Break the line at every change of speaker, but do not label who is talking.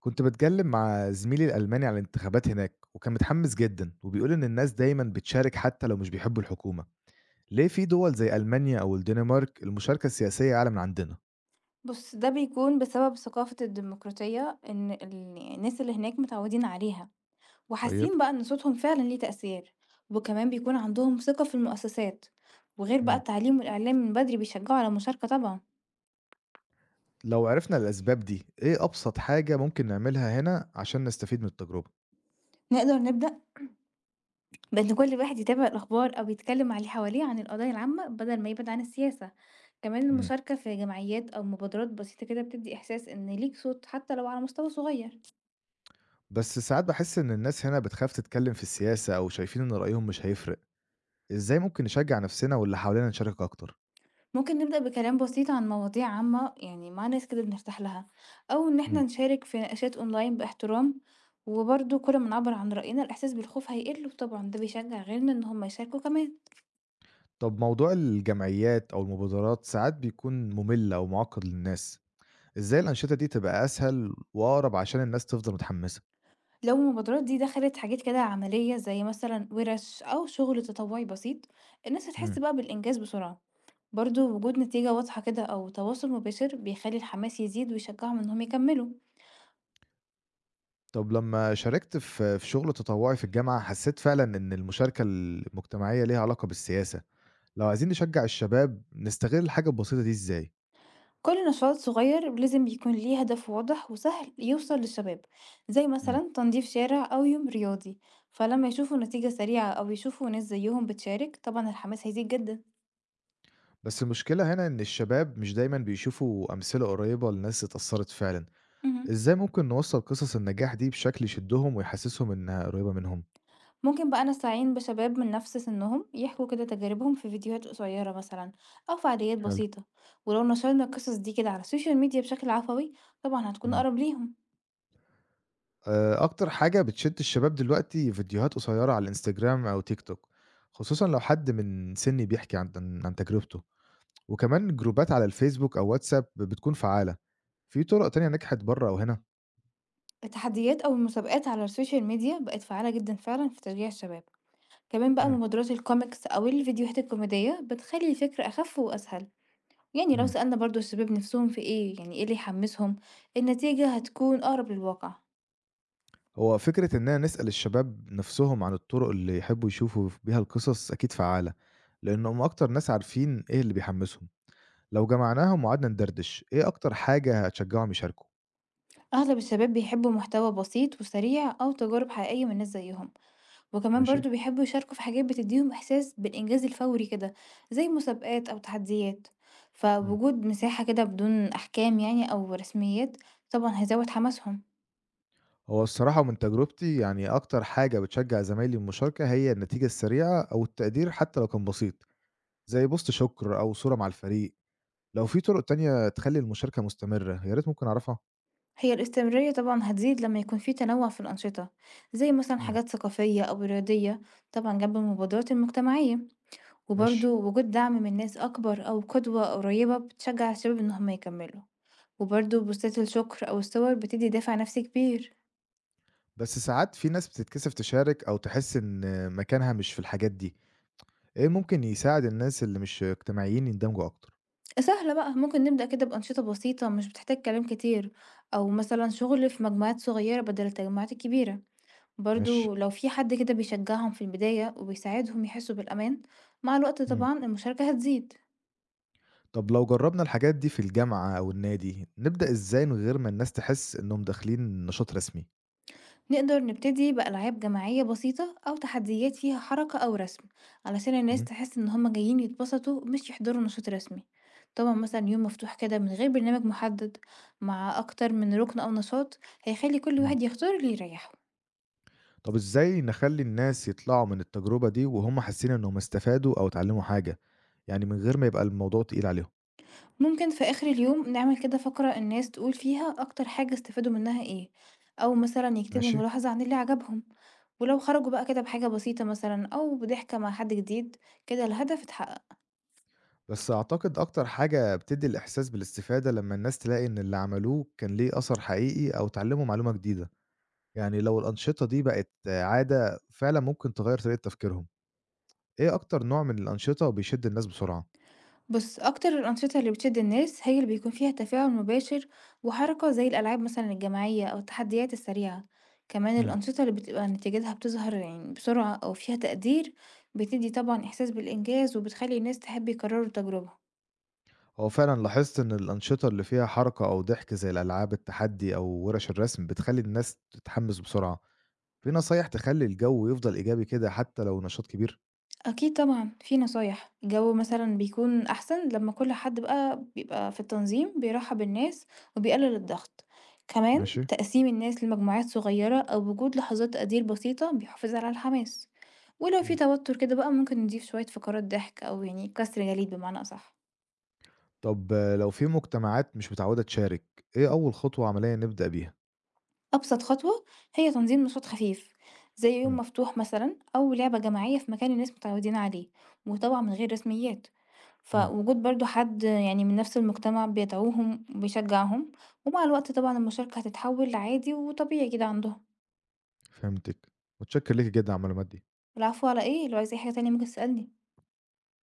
كنت باتكلم مع زميلي الألماني على الانتخابات هناك وكان متحمس جدا وبيقول إن الناس دايما بتشارك حتى لو مش بيحبوا الحكومة. ليه في دول زي ألمانيا أو الدنمارك المشاركة السياسية أعلى من عندنا؟
بُص، ده بيكون بسبب ثقافة الديمقراطية إن ال يعني الناس اللي هناك متعودين عليها،
طيب.
وحاسين بقى إن صوتهم فعلًا ليه تأثير، وكمان بيكون عندهم ثقة في المؤسسات، وغير بقى
مم.
التعليم والإعلام من بدري بيشجعوا على المشاركة طبعًا.
لو عرفنا الأسباب دي إيه أبسط حاجة ممكن نعملها هنا عشان نستفيد من التجربة؟
نقدر نبدأ بإن كل واحد يتابع الأخبار أو يتكلم مع اللي حواليه عن القضايا العامة بدل ما يبعد عن السياسة، كمان
مم.
المشاركة في جمعيات أو مبادرات بسيطة كده بتدي إحساس إن ليك صوت حتى لو على مستوى صغير.
بس ساعات بحس إن الناس هنا بتخاف تتكلم في السياسة أو شايفين إن رأيهم مش هيفرق. إزاي ممكن نشجع نفسنا واللي حوالينا نشارك أكتر؟
ممكن نبدأ بكلام بسيط عن مواضيع عامة يعني مع ناس كده بنرتاح لها، أو إن احنا نشارك في نقاشات أونلاين باحترام، وبرضه كل ما نعبر عن رأينا الإحساس بالخوف هيقل، وطبعا ده بيشجع غيرنا إن هما يشاركوا كمان.
طب موضوع الجمعيات أو المبادرات ساعات بيكون ممل أو معقد للناس، إزاي الأنشطة دي تبقى أسهل وأقرب عشان الناس تفضل متحمسة؟
لو المبادرات دي دخلت حاجات كده عملية زي مثلا ورش أو شغل تطوعي بسيط، الناس هتحس
مم.
بقى بالإنجاز بسرعة. برضه وجود نتيجة واضحة كده أو تواصل مباشر بيخلي الحماس يزيد ويشجعهم إنهم يكملوا.
طب لما شاركت في شغل تطوعي في الجامعة حسيت فعلا إن المشاركة المجتمعية ليها علاقة بالسياسة، لو عايزين نشجع الشباب نستغل الحاجة البسيطة دي إزاي؟
كل نشاط صغير لازم يكون ليه هدف واضح وسهل يوصل للشباب، زي
مم.
مثلا تنظيف شارع أو يوم رياضي. فلما يشوفوا نتيجة سريعة أو يشوفوا ناس زيهم بتشارك، طبعا الحماس هيزيد جدا.
بس المشكلة هنا إن الشباب مش دايما بيشوفوا أمثلة قريبة لناس اتأثرت فعلا،
مهم.
إزاي ممكن نوصل قصص النجاح دي بشكل يشدهم ويحسسهم إنها قريبة منهم؟
ممكن بقى نستعين بشباب من نفس سنهم يحكوا كده تجاربهم في فيديوهات قصيرة مثلا أو فعاليات
حلو.
بسيطة، ولو نشرنا القصص دي كده على السوشيال ميديا بشكل عفوي، طبعا هتكون
مم.
أقرب ليهم.
أكتر حاجة بتشد الشباب دلوقتي فيديوهات قصيرة على الإنستجرام أو تيك توك، خصوصًا لو حد من سنّي بيحكي عن عن تجربته، وكمان جروبات على الفيسبوك أو واتساب بتكون فعّالة، في طُرق تانية نجحت برّه أو هنا؟
التحديات أو المسابقات على السوشيال ميديا بقت فعالة جدا فعلا في تشجيع الشباب. كمان بقى
إمم.
مبادرات الكوميكس أو الفيديوهات الكوميدية بتخلي الفكرة أخف وأسهل. يعني لو
إمم.
سألنا برضو الشباب نفسهم في ايه يعني ايه اللي يحمسهم، النتيجة هتكون أقرب للواقع.
هو فكرة إننا نسأل الشباب نفسهم عن الطُرق اللي يحبوا يشوفوا ف بيها القصص أكيد فعّالة، لإنهم أكتر ناس عارفين إيه اللي بيحمّسهم، لو جمعناهم وقعدنا ندردش، إيه أكتر حاجة هتشجّعهم يشاركوا؟
أغلب الشباب بيحبوا محتوى بسيط وسريع أو تجارب حقيقية من ناس زيهم، وكمان
ماشي.
برضو بيحبوا يشاركوا في حاجات بتديهم إحساس بالإنجاز الفوري كده، زي مسابقات أو تحديات.
إمم.
فوجود مساحة كده بدون أحكام يعني أو رسميات، طبعا هيزود حماسهم.
هو الصراحة ومن تجربتي يعني أكتر حاجة بتشجّع زمايلي للمشاركة هي النتيجة السريعة أو التقدير حتى لو كان بسيط، زي بوست شكر أو صورة مع الفريق، لو في طرق تانية تخلّي المشاركة مستمرة يا ريت ممكن أعرفها؟
هي الاستمرارية طبعًا هتزيد لمّا يكون في تنوع في الأنشطة، زي مثلًا
امم.
حاجات ثقافية أو رياضية، طبعًا جنب المبادرات المجتمعية، وبرضه
ماشي.
وجود دعم من ناس أكبر أو قدوة قريبة بتشجع الشباب إن هم يكملوا، وبرضه بوستات الشكر أو الصور بتدي دافع نفسي كبير.
بس ساعات في ناس بتتكسف تشارك أو تحس إن مكانها مش في الحاجات دي، إيه ممكن يساعد الناس اللي مش اجتماعيين يندمجوا أكتر؟
سهلة بقى، ممكن نبدأ كده بأنشطة بسيطة مش بتحتاج كلام كتير، أو مثلًا شغل في مجموعات صغيرة بدل التجمعات الكبيرة،
ماشي.
برضه لو في حد كده بيشجعهم في البداية وبيساعدهم يحسوا بالأمان، مع الوقت
امم.
طبعًا المشاركة هتزيد.
طب لو جرّبنا الحاجات دي في الجامعة أو النادي، نبدأ إزاي من غير ما الناس تحس إنهم داخلين نشاط رسمي؟
نقدر نبتدي بألعاب جماعية بسيطة أو تحديات فيها حركة أو رسم، علشان الناس
امم.
تحس إن هما جايين يتبسطوا مش يحضروا نشاط رسمي. طبعا مثلا يوم مفتوح كده من غير برنامج محدد، مع أكتر من ركن أو نشاط، هيخلي كل
امم.
واحد يختار اللي يريحه.
طب إزاي نخلّي الناس يطلعوا من التجربة دي وهُم حاسين إنهم استفادوا أو اتعلموا حاجة، يعني من غير ما يبقى الموضوع تقيل عليهم؟
ممكن في آخر اليوم نعمل كده فقرة الناس تقول فيها أكتر حاجة استفادوا منها ايه، أو مثلا يكتبوا
ماشي.
ملاحظة عن اللي عجبهم، ولو خرجوا بقى كده بحاجة بسيطة مثلا أو بضحكة مع حد جديد، كده الهدف اتحقق.
بس أعتقد أكتر حاجة بتدّي الإحساس بالاستفادة لمّا الناس تلاقي إن اللي عملوه كان ليه أثر حقيقي أو اتعلموا معلومة جديدة، يعني لو الأنشطة دي بقت عادة فعلًا ممكن تغيّر طريقة تفكيرهم، إيه أكتر نوع من الأنشطة بيشد الناس بسرعة؟
بص، أكتر الأنشطة اللي بتشد الناس هي اللي بيكون فيها تفاعل مباشر وحركة، زي الألعاب مثلا الجماعية أو التحديات السريعة. كمان
إمم.
الأنشطة اللي بتبقى نتيجتها بتظهر يعني بسرعة أو فيها تقدير، بتدي طبعا إحساس بالإنجاز وبتخلي الناس تحب يكرروا التجربة.
هو فعلًا لاحظت إن الأنشطة اللي فيها حركة أو ضحك زي الألعاب التحدي أو ورش الرسم بتخلّي الناس تتحمس بسرعة. في نصايح تخلّي الجو يفضل إيجابي كده حتى لو نشاط كبير؟
أكيد طبعًا، في نصايح، الجو مثلًا بيكون أحسن لمّا كل حد بقى بيبقى في التنظيم بيرحّب الناس وبيقلل الضغط، كمان
ماشي.
تقسيم الناس لمجموعات صغيرة أو وجود لحظات تقدير بسيطة بيحافظ على الحماس، ولو في
إمم.
توتر كده بقى ممكن نضيف شوية فقرات ضحك أو يعني كسر جليد بمعنى أصح.
طب آه، لو في مجتمعات مش متعودة تشارك، إيه أول خطوة عملية نبدأ بيها؟
أبسط خطوة هي تنظيم نشاط خفيف زي يوم
إمم.
مفتوح مثلا أو لعبة جماعية في مكان الناس متعودين عليه، وطبعا من غير رسميات،
إمم.
فوجود برضو حد يعني من نفس المجتمع بيدعوهم وبيشجعهم، ومع الوقت طبعا المشاركة هتتحول لعادي وطبيعي كده عندهم.
فهمتِك، متشكر ليكِ جدًا على المعلومات دي.
العفو، على ايه، لو عايز اي حاجة تانية ممكن تسألني.